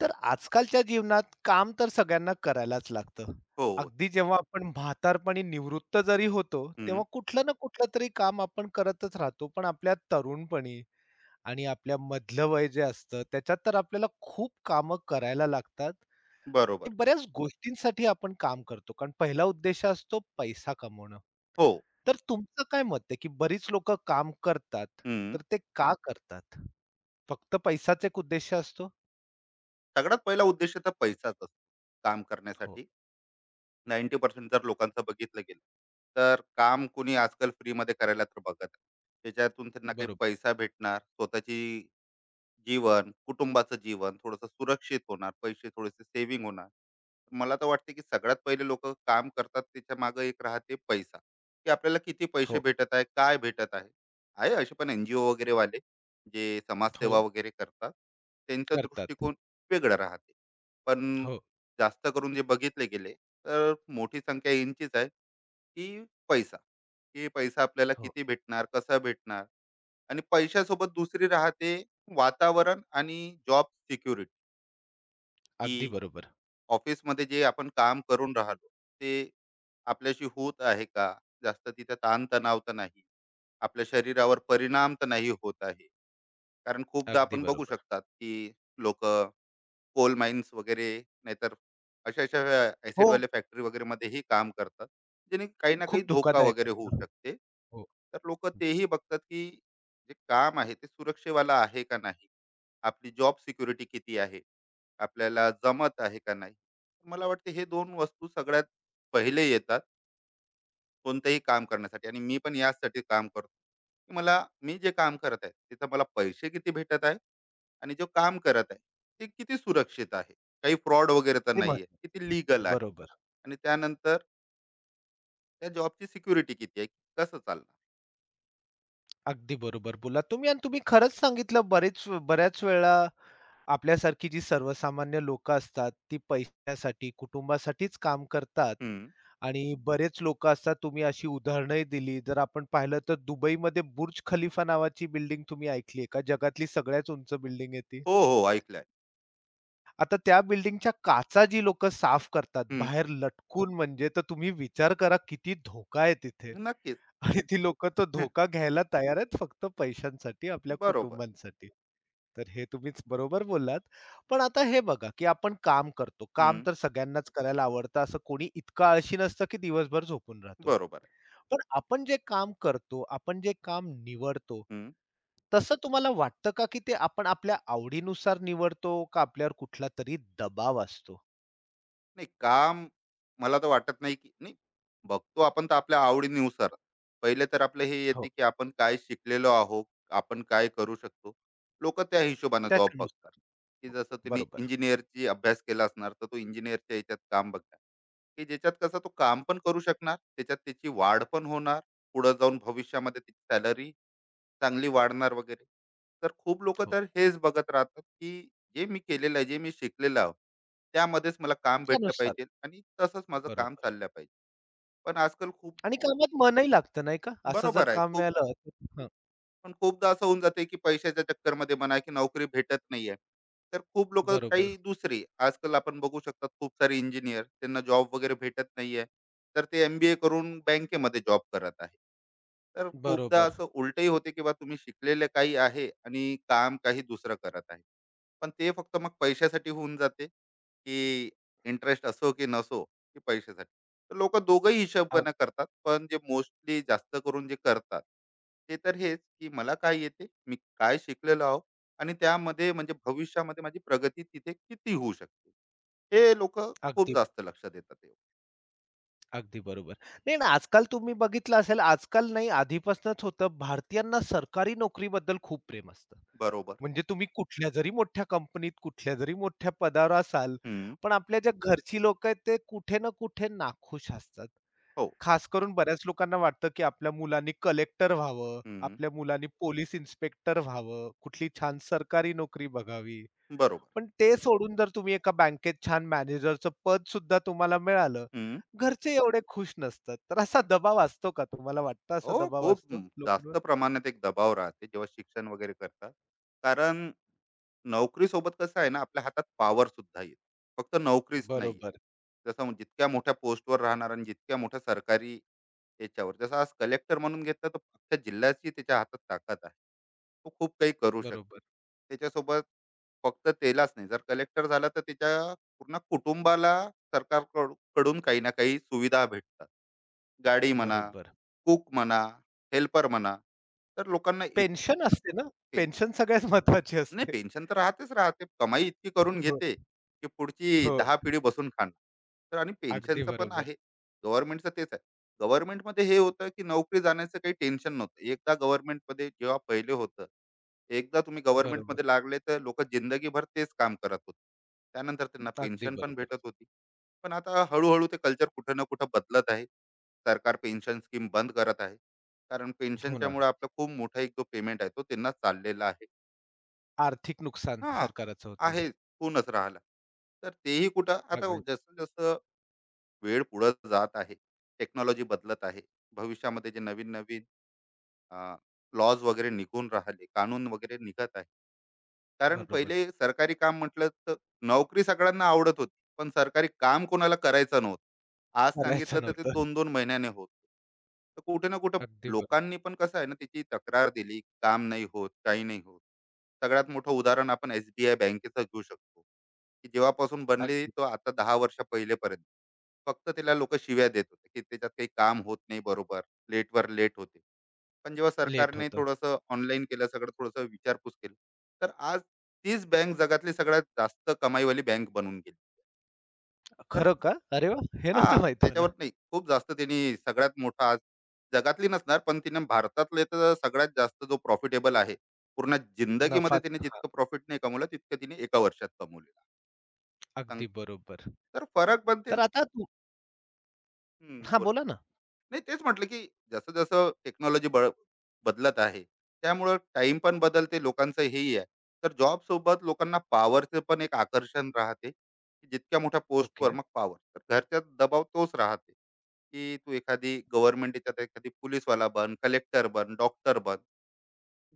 तर आजकालच्या जीवनात काम तर सगळ्यांना करायलाच लागतं. हो. अगदी जेव्हा आपण म्हातारपणी निवृत्त जरी होतो, हं. तेव्हा कुठलं ना कुठलं तरी काम आपण करतच राहतो. पण आपल्या तरुणपणी आणि आपल्या मधलं वय जे असतं, त्याच्यात तर आपल्याला खूप कामं करायला लागतात. ते बरोबर. बऱ्याच गोष्टींसाठी आपण काम करतो, कारण पहिला उद्देश असतो पैसा कमवणं. हो. तर तुमचं काय मत आहे, की बरीच लोकं काम करतात, हं. तर ते का करतात? फक्त पैसाच एक उद्देश असतो? सगळ्यात पहिला उद्देश तर पैसाच असतो काम हो. करण्यासाठी. 90% जर लोकांचं बघितलं गेलं, तर काम कोणी आजकाल फ्रीमध्ये करायला तर बघत आहे. त्याच्यातून त्यांना काही बरोबर. पैसा भेटणार, स्वतःची जीवन, कुटुंबाचं जीवन, थोडंसं सुरक्षित होणार, पैसे थोडेसे सेव्हिंग होणार. मला तर वाटते की सगळ्यात पहिले लोकं काम करतात त्याच्या मागे एक राहते पैसा, की आपल्याला किती पैसे हो, भेटत आहे, काय भेटत आहे. आहे असे पण NGO वगैरे वाले, जे समाजसेवा हो. वगैरे करतात. त्यांचा करतात. दृष्टिकोन वेगळा राहते. पण हो, जास्त करून जे बघितले गेले, तर मोठी संख्या यांचीच आहे, की पैसा. की पैसा आपल्याला हो. किती भेटणार, कसा भेटणार? आणि पैशासोबत दुसरी राहते वातावरण आणि जॉब सिक्युरिटी, की अगदी बरोबर, ऑफिसमध्ये जे आपण काम करून राहिलो ते आपल्याशी होत आहे का, जास्त तिथे ताणतणाव तर नाही, आपल्या शरीरावर परिणाम तर नाही होत आहे, कारण खूपदा अगदी आपण बघू बरोबर. शकतात की लोक कोल माइन्स वगैरे नाहीतर अशा अशा हो, acid वाले फॅक्टरी वगैरे मध्येही काम करतात, जेणे काही ना काही खूप धोका धोकादायक वगैरे होऊ असतं. शकते. हो. तर लोक तेही बघतात की जे काम आहे ते सुरक्षेवाला आहे का नाही, आपली जॉब सिक्युरिटी किती आहे, आपल्याला जमत आहे का नाही. मला वाटते हे दोन वस्तू सगळ्यात पहिले येतात कोणतंही काम करण्यासाठी, आणि मी पण याचसाठी काम करतो की मला मी जे काम करत आहे तिथं मला पैसे किती भेटत आहे, आणि जो काम करत आहे ते किती सुरक्षित आहे, काही फ्रॉड वगैरे तर ते नाही आहे, किती महत्वाचं. लिगल आहे, बरोबर. आणि त्यानंतर त्या जॉबची सिक्युरिटी किती आहे, कसं चालणार. अगदी बरोबर बोललात तुम्ही आणि तुम्ही खरंच सांगितलं बऱ्याच वेळा आपल्यासारखी जी सर्वसामान्य लोकं असतात, ती पैशासाठी, कुटुंबासाठीच काम करतात. हम्म, आणि बरेच लोकं असतात, तुम्ही अशी उदाहरणंही दिली. जर आपण पाहिलं तर दुबईमध्ये बुर्ज खलिफा नावाची बिल्डिंग तुम्ही ऐकली आहे का? जगातली सगळ्यात उंच बिल्डिंग आहे ती. हो हो ऐकलंय. आता त्या बिल्डिंगच्या काचा जी लोकं साफ करतात हम्म, बाहेर लटकून म्हणजे, तर तुम्ही विचार करा किती धोका आहे तिथे नक्कीच. आणि ती लोकं तो हं, धोका घ्यायला तयार आहेत फक्त पैशांसाठी, आपल्या बरोबर. कुटुंबांसाठी. तर हे तुम्हीच बरोबर बोललात. पण आता हे बघा, की आपण काम करतो. काम हम्म, तर सगळ्यांनाच करायला आवडतं असं कोणी इतकं आळशी नसतं, की दिवसभर झोपून राहतो. बरोबर आहे. पण आपण जे काम करतो, आपण जे काम निवडतो, हम्म. तसं तुम्हाला वाटतं का, की ते आपण आपल्या आवडीनुसार निवडतो का आपल्यावर कुठलातरी दबाव असतो? नाही, काम मला तर वाटत नाही की नाही, बघतो आपण तर आपल्या आवडीनुसार. पहिले तर आपलं हे येते हो. की आपण काय शिकलेलो आहोत, आपण काय करू शकतो. लोक त्या हिशोबाने जॉब बघतात, त्याच्यानुसार. की हो, जसं तुम्ही बरोबर. इंजिनियरची अभ्यास केला असणार तर तो इंजिनियरच्या याच्यात काम बघणार, की ज्याच्यात कसं तो काम पण करू शकणार, त्याच्यात त्याची वाढ पण होणार, पुढे जाऊन भविष्यामध्ये त्याची सॅलरी चांगली वाढणार वगैरे. तर खूप लोक हो. तर हेच बघत राहतात की जे मी केलेलं आहे, जे मी शिकलेलं आहो, त्यामध्येच मला काम भेटलं त्यानुसार. पाहिजे आणि तसंच माझं काम बरोबर. चाललं पाहिजे. पण आजकाल खूप आणि कामात मनही लागतं नाही का? असं जर बरोबर आहे. काम खूप, मिळालं हं, पण खूपदा असं होऊन जाते, की पैशाच्या चक्करमध्ये म्हणा की नोकरी भेटत नाहीये. तर खूप लोकं बरोबर, काही दुसरी आजकाल आपण बघू शकतात, खूप सारे इंजिनिअर त्यांना जॉब वगैरे भेटत नाहीये. तर ते MBA करून बँकेमध्ये जॉब करत आहे. तर खूपदा बरोबर. असं उलटही होते की बा तुम्ही शिकलेले काही आहे आणि काम काही दुसरं करत आहे. पण ते फक्त मग पैशासाठी होऊन जाते, की इंटरेस्ट असो की नसो, की पैशासाठी. तर लोक दोघंही अग हिशोबानं करतात, पण जे मोस्टली जास्त करून जे करतात ते तर हेच, की मला काय येते, मी काय शिकलेलो आहो, आणि त्यामध्ये म्हणजे भविष्यामध्ये माझी प्रगती तिथे किती होऊ शकते, हे लोक खूप अगदी, जास्त लक्ष देतात ते. अगदी बरोबर. नाही ना, आजकाल तुम्ही बघितलं असेल, आजकाल नाही आधीपासूनच होतं, भारतीयांना सरकारी नोकरीबद्दल खूप प्रेम असतं. बरोबर. म्हणजे तुम्ही कुठल्या जरी मोठ्या कंपनीत, कुठल्या जरी मोठ्या पदावर असाल, हम्म. पण आपल्या ज्या घरची लोक आहेत, ते कुठे ना कुठे नाखुश असतात. हो. खास करून बऱ्याच लोकांना वाटतं, की आपल्या मुलांनी कलेक्टर व्हावं, हम्म. आपल्या मुलांनी पोलीस इन्स्पेक्टर व्हावं, कुठली छान सरकारी नोकरी बघावी. बरोबर. पण ते सोडून जर तुम्ही एका बँकेत छान मॅनेजरचं पद सुद्धा तुम्हाला मिळालं, हम्म. घरचे एवढे खुश नसतात. तर असा दबाव असतो का? तुम्हाला वाटतं असा हो, दबाव खूप असतो लोकांवर? जास्त प्रमाणात एक दबाव राहते जेव्हा शिक्षण वगैरे करतात. कारण नोकरीसोबत कसं आहे ना, आपल्या हातात पॉवर सुद्धा येते, फक्त नोकरीच नाही बरोबर, आहे, जसं मग जितक्या मोठ्या पोस्टवर राहणार आणि जितक्या मोठ्या सरकारी याच्यावर, जसं आज कलेक्टर म्हणून घेतलं तर अख्ख्या जिल्ह्याची त्याच्या हातात ताकद आहे, तो खूप काही करू शकते. बरोबर, त्याच्यासोबत फक्त त्यालाच नाही, जर कलेक्टर झाला तर त्याच्या पूर्ण कुटुंबाला सरकारकडून काही ना काही सुविधा भेटतात, गाडी म्हणा, बरोबर. कुक म्हणा, हेल्पर म्हणा. तर लोकांना इत- पेन्शन असते ना, पेन्शन सगळ्यात महत्वाची नाही, असते. पेन्शन तर राहतेच राहते. कमाई इतकी करून हो, घेते, की पुढची हो. 10 पिढी बसून खाणार. तर आणि अगदी पेन्शनचं पण बरोबर, आहे. गव्हर्नमेंटचं तेच आहे. गव्हर्नमेंटमध्ये हे होतं, की नोकरी जाण्याचं काही टेन्शन नव्हतं. एकदा गव्हर्नमेंटमध्ये जेव्हा पहिले होतं, एकदा तुम्ही बरोबर. गव्हर्नमेंटमध्ये लागले तर लोकं जिंदगीभर तेच काम करत होते. त्यानंतर त्यांना अगदी पेन्शन पण बरोबर. भेटत होती. पण आता हळू ते कल्चर कुठं ना कुठं बदलत आहे. सरकार पेन्शन स्कीम बंद करत आहे. कारण हो ना. पेन्शनच्यामुळे आपला खूप मोठा एक जो पेमेंट आहे तो त्यांना चाललेला आहे. आर्थिक नुकसान हां, सरकाराचं होतंय. आहे होऊनच राहिला. तर तेही कुठं आता अगदी जसं-जसं वेळ पुढे जात आहे, टेक्नॉलॉजी बदलत आहे. भविष्यामध्ये जे नवीन-नवीन लॉज वगैरे निघून राहिले, कानून वगैरे निघत आहे, कारण बरोबर. पहिले सरकारी काम म्हटलं तर नोकरी सगळ्यांना आवडत होती, पण सरकारी काम कोणाला करायचं नव्हतं. आज सांगितलं करायचं तर ते नव्हतं. दोन दोन महिन्याने होत, तर कुठे ना कुठं अगदी बरोबर. लोकांनी पण कसं आहे ना, त्याची तक्रार दिली, काम नाही होत, काही नाही होत. सगळ्यात मोठं उदाहरण आपण SBI बँकेचं घेऊ शकतो, की जेव्हापासून बनली तो अगदीच. आता 10 वर्ष पहिलेपर्यंत फक्त त्याला लोक शिव्या देत होते की त्याच्यात काही काम होत नाही, बरोबर, लेटवर लेट होते. पण जेव्हा लेट सरकारने होतं. थोडंसं ऑनलाईन केलं, सगळं थोडंसं विचारपूस केली, तर आज तीच बँक जगातली सगळ्यात जास्त कमाईवाली बँक बनून गेली. तर खरं का? अरे वाह! हे हां, नव्हतं माहीत त्याच्यावर मला. नाही खूप जास्त त्यांनी सगळ्यात मोठा आज जगातली नसणार, पण तिने भारतातले तर सगळ्यात जास्त जो प्रॉफिटेबल आहे, पूर्ण जिंदगीमध्ये नफा तिने हां, जितकं प्रॉफिट नाही कमवलं, तितकं तिने एका वर्षात कमवलेलं आहे. सांग, अगदी बरोबर. तर फरक पण ते तर आता तू हां, बोला. बोला ना. नाही, तेच म्हटलं की जसं जसं टेक्नॉलॉजी बदलत आहे, त्यामुळं टाइम पण बदलते लोकांचं, हेही आहे. तर जॉब सोबत लोकांना पॉवरचं पण एक आकर्षण राहते, की जितक्या मोठ्या पोस्टवर ओके. मग पॉवर, तर घरच्या दबाव तोच राहते की तू एखादी गव्हर्नमेंट याच्यात एखादी पोलीसवाला बन, कलेक्टर बन, डॉक्टर बन,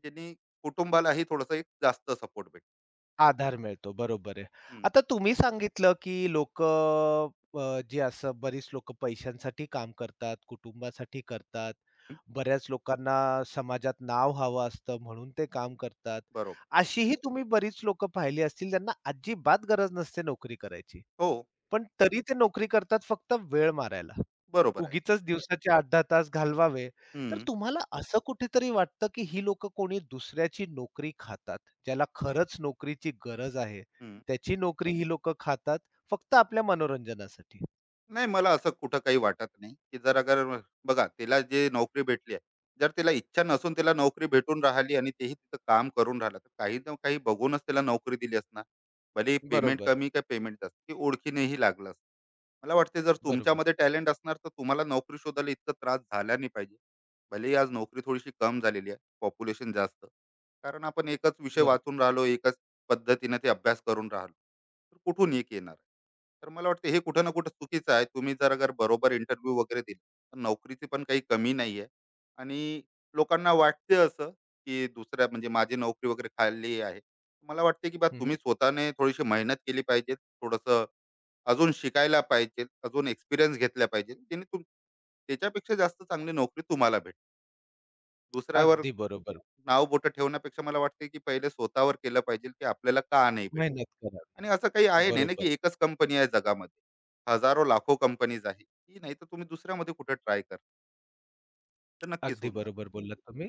ज्यांनी कुटुंबालाही थोडंसं एक जास्त सपोर्ट भेट. आधार मिळतो, बरोबर आहे. हम्म, आता तुम्ही सांगितलं, की लोकं जी असं बरीच लोकं पैशांसाठी काम करतात, कुटुंबासाठी करतात. बऱ्याच लोकांना समाजात नाव हवं असतं म्हणून ते काम करतात. बरोबर. अशीही तुम्ही बरीच लोकं पाहिली असतील, ज्यांना अजिबात गरज नसते नोकरी करायची. हो, पण तरी ते नोकरी करतात फक्त वेळ मारायला. बरोबर आहे. उगीचच दिवसाचे 8-10 तास घालवावे. तर हम्म, तुम्हाला असं कुठेतरी वाटतं, की ही लोक कोणी दुसऱ्याची नोकरी खातात. ज्याला खरंच नोकरीची गरज आहे, हम्म. त्याची नोकरी ही लोक खातात फक्त आपल्या मनोरंजनासाठी. नाही, मला असं कुठं काही वाटत नाही, की जर अगर बघा तिला जी नोकरी भेटली आहे, जर तिला इच्छा नसून तिला नोकरी भेटून राहिली आणि तेही तिथं काम करून राहिलं, तर काही ना काही बघूनच तिला नोकरी दिली असणार. भलेही पेमेंट बरोबर, कमी का पेमेंट जास्त, ती ओळखीनेही लागलं असतं. मला वाटते जर बरोबर, तुमच्यामध्ये टॅलेंट असणार, तर तुम्हाला नोकरी शोधायला इतका त्रास झाला नाही पाहिजे. भलेही आज नोकरी थोडीशी कम झालेली आहे, पॉप्युलेशन जास्त, कारण आपण एकच विषय बरोबर. वाचून राहिलो, एकाच पद्धतीने ते अभ्यास करून राहिलो, तर कुठून एक येणार? तर मला वाटतं हे कुठं ना कुठं चुकीचं आहे. तुम्ही जर अगर बरोबर इंटरव्ह्यू वगैरे दिला, तर नोकरीची पण काही कमी नाही आहे. आणि लोकांना वाटते असं, की दुसऱ्या म्हणजे माझी नोकरी वगैरे खाली आहे. मला वाटते, की बा तुम्ही हं, स्वतःने थोडीशी मेहनत केली पाहिजे. थोडंसं अजून शिकायला पाहिजे, अजून एक्सपिरियन्स घेतला पाहिजे. त्याने त्याच्यापेक्षा जास्त चांगली नोकरी तुम्हाला भेटेल. दुसऱ्यावर अगदी बरोबर. नाव बोटं ठेवण्यापेक्षा मला वाटते, की पहिले स्वतःवर केलं पाहिजे, की आपल्याला का नाही भेटत? मेहनत करावी. आणि असं काही आहे नाही ना बरोबर. की एकच कंपनी आहे जगामध्ये. हजारो लाखो कंपनीज आहे. की नाही तर तुम्ही दुसऱ्यामध्ये कुठे ट्राय करा. तर नक्कीच अगदी होऊन जाणार. बरोबर बोललात तुम्ही.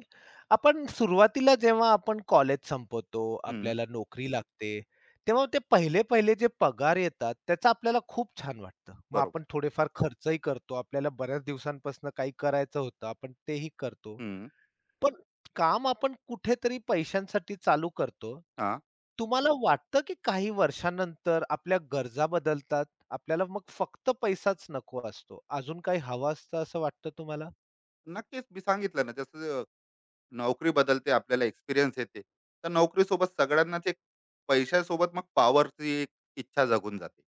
आपण सुरुवातीला जेव्हा आपण कॉलेज संपवतो, हं, आपल्याला नोकरी लागते, तेव्हा ते पहिले-पहिले जे पगार येतात, त्याचा आपल्याला खूप छान वाटतं. मग बरोबर. आपण थोडेफार खर्चही करतो. आपल्याला बऱ्याच दिवसांपासून काही करायचं होतं, आपण तेही करतो. हं, पण काम आपण कुठेतरी पैशांसाठी चालू करतो. हां. तुम्हाला वाटतं की काही वर्षानंतर आपल्या गरजा बदलतात, आपल्याला मग फक्त पैसाच नको असतो, अजून काही हवा असतं असं वाटतं तुम्हाला? नक्कीच, मी सांगितलं ना, जसं नोकरी बदलते आपल्याला एक्सपिरियन्स येते. तर नोकरीसोबत सगळ्यांनाच एक पैशासोबत मग पॉवरची एक इच्छा जगून जाते.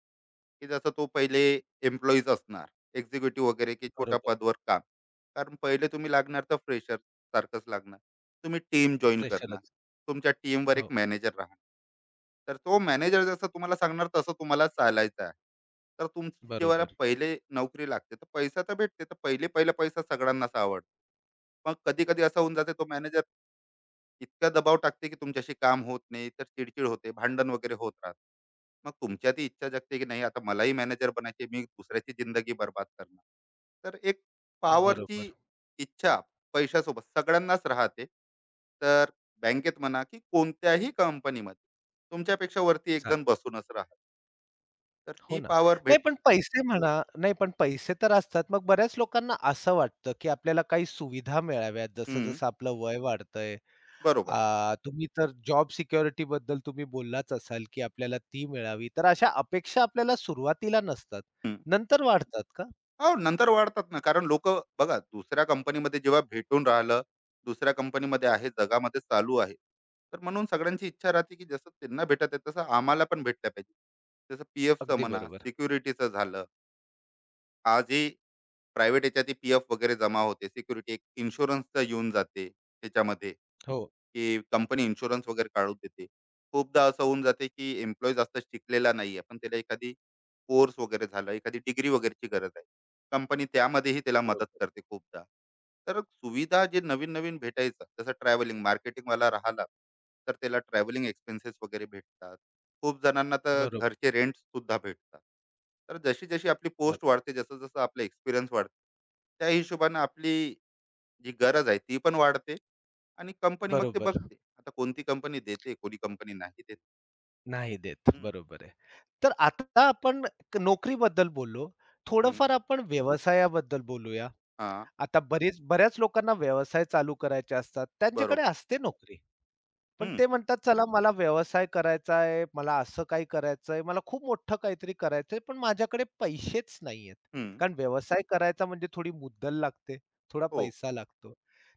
की जसं तो पहिले एम्प्लॉईज असणार, एक्झिक्युटिव्ह वगैरे, की छोट्या बरोबर, पदवर काम. कारण पहिले तुम्ही लागणार तर फ्रेशर सारखंच लागणार. तुम्ही टीम जॉइन करणार. प्रेशरच. तुमच्या टीमवर हो, एक मॅनेजर राहणार. तर तो मॅनेजर जसं तुम्हाला सांगणार तसं तुम्हाला चालायचं आहे. तर तुमची जेव्हा बरोबर, पहिले नोकरी लागते तर पैसा तर भेटते, तर पहिले पहिले पैसा सगळ्यांनाच आवडतो. मग कधी कधी असं होऊन जाते, तो मॅनेजर इतका दबाव टाकते की तुमच्याशी काम होत नाही, तर चिडचिड होते, भांडण वगैरे होत राहते. मग तुमच्या ती इच्छा जगते की नाही, आता मलाही मॅनेजर बनायचे, मी दुसऱ्याची जिंदगी बर्बाद करणार. तर एक पॉवरची बरोबर. इच्छा पैशासोबत सगळ्यांनाच राहते. तर बँकेत म्हणा की कोणत्याही कंपनीमध्ये तुमच्यापेक्षा वरती एक जण चालेल. बसूनच राहत, तर हो ती ना. पॉवर नाही भेट. पण पैसे म्हणा नाही पण पैसे तर असतात. मग बऱ्याच लोकांना असं वाटतं, की आपल्याला काही सुविधा मिळाव्यात हम्म, जसं-जसं आपलं वय वाढतंय. बरोबर. तुम्ही तर जॉब सिक्युरिटीबद्दल तुम्ही बोललाच असाल, की आपल्याला ती मिळावी. तर अशा अपेक्षा आपल्याला सुरुवातीला नसतात. हम्म. नंतर वाढतात का? हो, नंतर वाढतात ना. कारण लोक बघा दुसऱ्या कंपनीमध्ये जेव्हा भेटून राहिलं, दुसऱ्या कंपनीमध्ये आहे, जगामध्ये चालू आहे, तर म्हणून सगळ्यांची इच्छा राहते की जसं त्यांना भेटत आहे तसं आम्हाला पण भेटलं पाहिजे, जसं पी एफचं अगदी म्हणा, बरोबर. सिक्युरिटीचं झालं. आजही प्रायव्हेट याच्यात PF वगैरे जमा होते, सिक्युरिटी एक इन्शुरन्सचं येऊन जाते त्याच्यामध्ये, हो, की कंपनी इन्शुरन्स वगैरे काढून देते. खूपदा असं होऊन जाते की एम्प्लॉयी जास्त शिकलेला नाहीये, पण त्याला एखादी कोर्स वगैरे झाला, एखादी डिग्री वगैरेची गरज आहे. कंपनी त्यामध्येही त्याला मदत बरोबर, करते खूपदा. तर सुविधा जे नवीन-नवीन भेटायचं, जसं ट्रॅव्हलिंग मार्केटिंगवाला राहिला, तर त्याला ट्रॅव्हलिंग एक्सपेन्सेस वगैरे भेटतात. खूप जणांना तर बरोबर, घरचे रेंटसुद्धा भेटतात. तर जशी-जशी आपली पोस्ट बरोबर. वाढते, जसं-जसं आपला एक्सपिरियन्स वाढतो, त्या हिशोबानं आपली जी गरज आहे, ती पण वाढते, आणि कंपनी मग ते बरोबर. बघते. आता कोणती कंपनी देते, कोणी कंपनी नाही देत. नाही देत. हं, बरोबर आहे. तर आता आपण नोकरीबद्दल बोललो. हं. थोडंफार आपण व्यवसायाबद्दल बोलूया. हां, आता बरीच बऱ्याच लोकांना व्यवसाय चालू करायचे असतात. त्यांच्याकडे बरोबर. असते नोकरी. पण हं, ते म्हणतात, "चला मला व्यवसाय करायचा आहे, मला असं काही करायचं आहे, मला खूप मोठं काहीतरी करायचं आहे, पण माझ्याकडे पैसेच नाहीयेत." हं. कारण व्यवसाय करायचा म्हणजे थोडी मुद्दल लागते, थोडा हो. पैसा लागतो.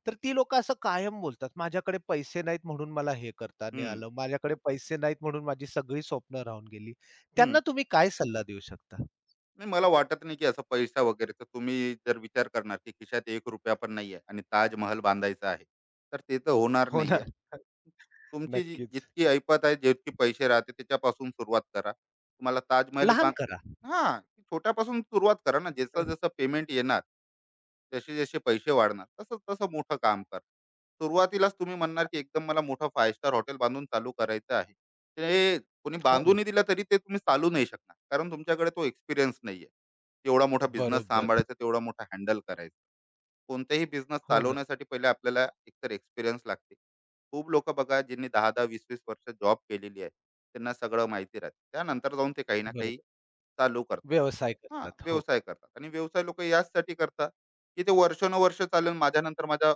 तर ती लोकं असं कायम बोलतात, "माझ्याकडे पैसे नाहीत म्हणून मला हे करता नाही हं, आलं. माझ्याकडे पैसे नाहीत म्हणून माझी सगळी स्वप्न राहून गेली." त्यांना तुम्ही काय सल्ला देऊ शकता? नाही, मला वाटत नाही की असा पैसा वगैरे, तर तुम्ही जर विचार करणार की खिशात एक रुपया पण नाही आहे आणि ताजमहल बांधायचा आहे, तर ते तर होणार हो नाही ना, आहे. तुमची जी- नक्कीच. जितकी ऐपत आहे, जितकी पैसे राहते, त्याच्यापासून सुरुवात करा. तुम्हाला ताजमहल लहान बांध, करा. हा, छोट्यापासून सुरुवात करा ना, जसं हं, जसं पेमेंट येणार, जसे जसे पैसे वाढणार तसं तसं मोठं काम कर. सुरुवातीलाच तुम्ही म्हणणार की एकदम मला मोठं फाय स्टार हॉटेल बांधून चालू करायचं आहे, ते कोणी हो ना. बांधूनही दिला तरी ते तुम्ही चालू नाही शकणार. कारण तुमच्याकडे तो एक्सपिरियन्स नाहीये. एवढा मोठा बिझनेस बरोबर. सांभाळायचा, तेवढा मोठा हँडल करायचा. कोणताही बिझनेस हो ना. चालवण्यासाठी पहिले आपल्याला एकतर एक्सपिरियन्स लागते. खूप लोकं बघा ज्यांनी 10-10, 20-20 वर्ष जॉब केलेली आहे. त्यांना सगळं माहिती राहते. त्यानंतर जाऊन ते काही ना काही बरोबर. चालू करतात. व्यवसाय हां, करतात. हो. व्यवसाय करतात, आणि व्यवसाय लोकं याचसाठी करतात, की ते वर्षानुवर्ष चालेल. माझ्यानंतर माझा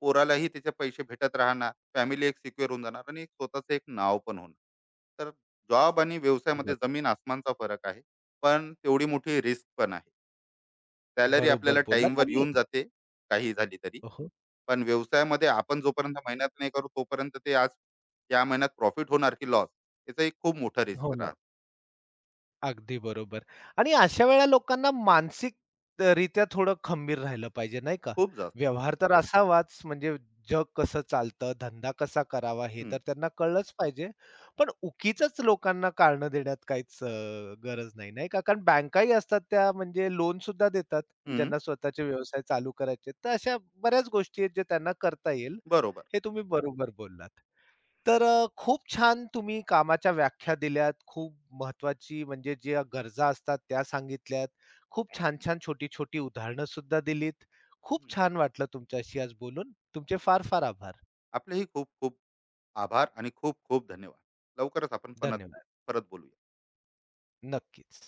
पोरालाही त्याचे पैसे भेटत राहणार, फॅमिली एक सिक्युअर होऊन जाणार आणि एक स्वतःचं एक नाव पण होणार. तर जॉब आणि व्यवसायामध्ये बर जमीन आसमानचा फरक आहे. पण तेवढी मोठी रिस्क पण आहे. सॅलरी बरोबर आपल्याला बोललात टाईमवर आणि येऊन जाते, काही झाली तरी. हो, पण व्यवसायामध्ये आपण जोपर्यंत मेहनत नाही करू, तोपर्यंत ते आज या महिन्यात प्रॉफिट होणार की लॉस, याचं एक खूप मोठं हो रिस्क ना. राहतं. अगदी बरोबर आणि अशा वेळेला लोकांना मानसिक रित्या थोडं खंबीर राहिलं पाहिजे, नाही का? खूप जास्त. व्यवहार तर असावाच, म्हणजे जग कसं चालतं, धंदा कसा करावा हे हं, तर त्यांना कळलंच पाहिजे. पण उगीचच लोकांना कारणं देण्यात काहीच गरज नाही, नाही का? कारण बँकाही असतात त्या म्हणजे लोन सुद्धा देतात, हं. ज्यांना स्वतःचे व्यवसाय चालू करायचे तर अशा बऱ्याच गोष्टी आहेत, जे त्यांना करता येईल. बरोबर. हे तुम्ही बरोबर बोललात. तर खूप छान तुम्ही कामाच्या व्याख्या दिल्यात. खूप महत्वाची म्हणजे ज्या गरजा असतात त्या सांगितल्यात. खूप छान-छान, छोटी-छोटी उदाहरणं सुद्धा दिलीत. खूप हं. छान वाटलं तुमच्याशी आज बोलून. तुमचे फार-फार आभार. आपलेही खूप खूप आभार आणि खूप खूप धन्यवाद. लवकरच आपण धन्यवाद. परत बोलूया. नक्कीच.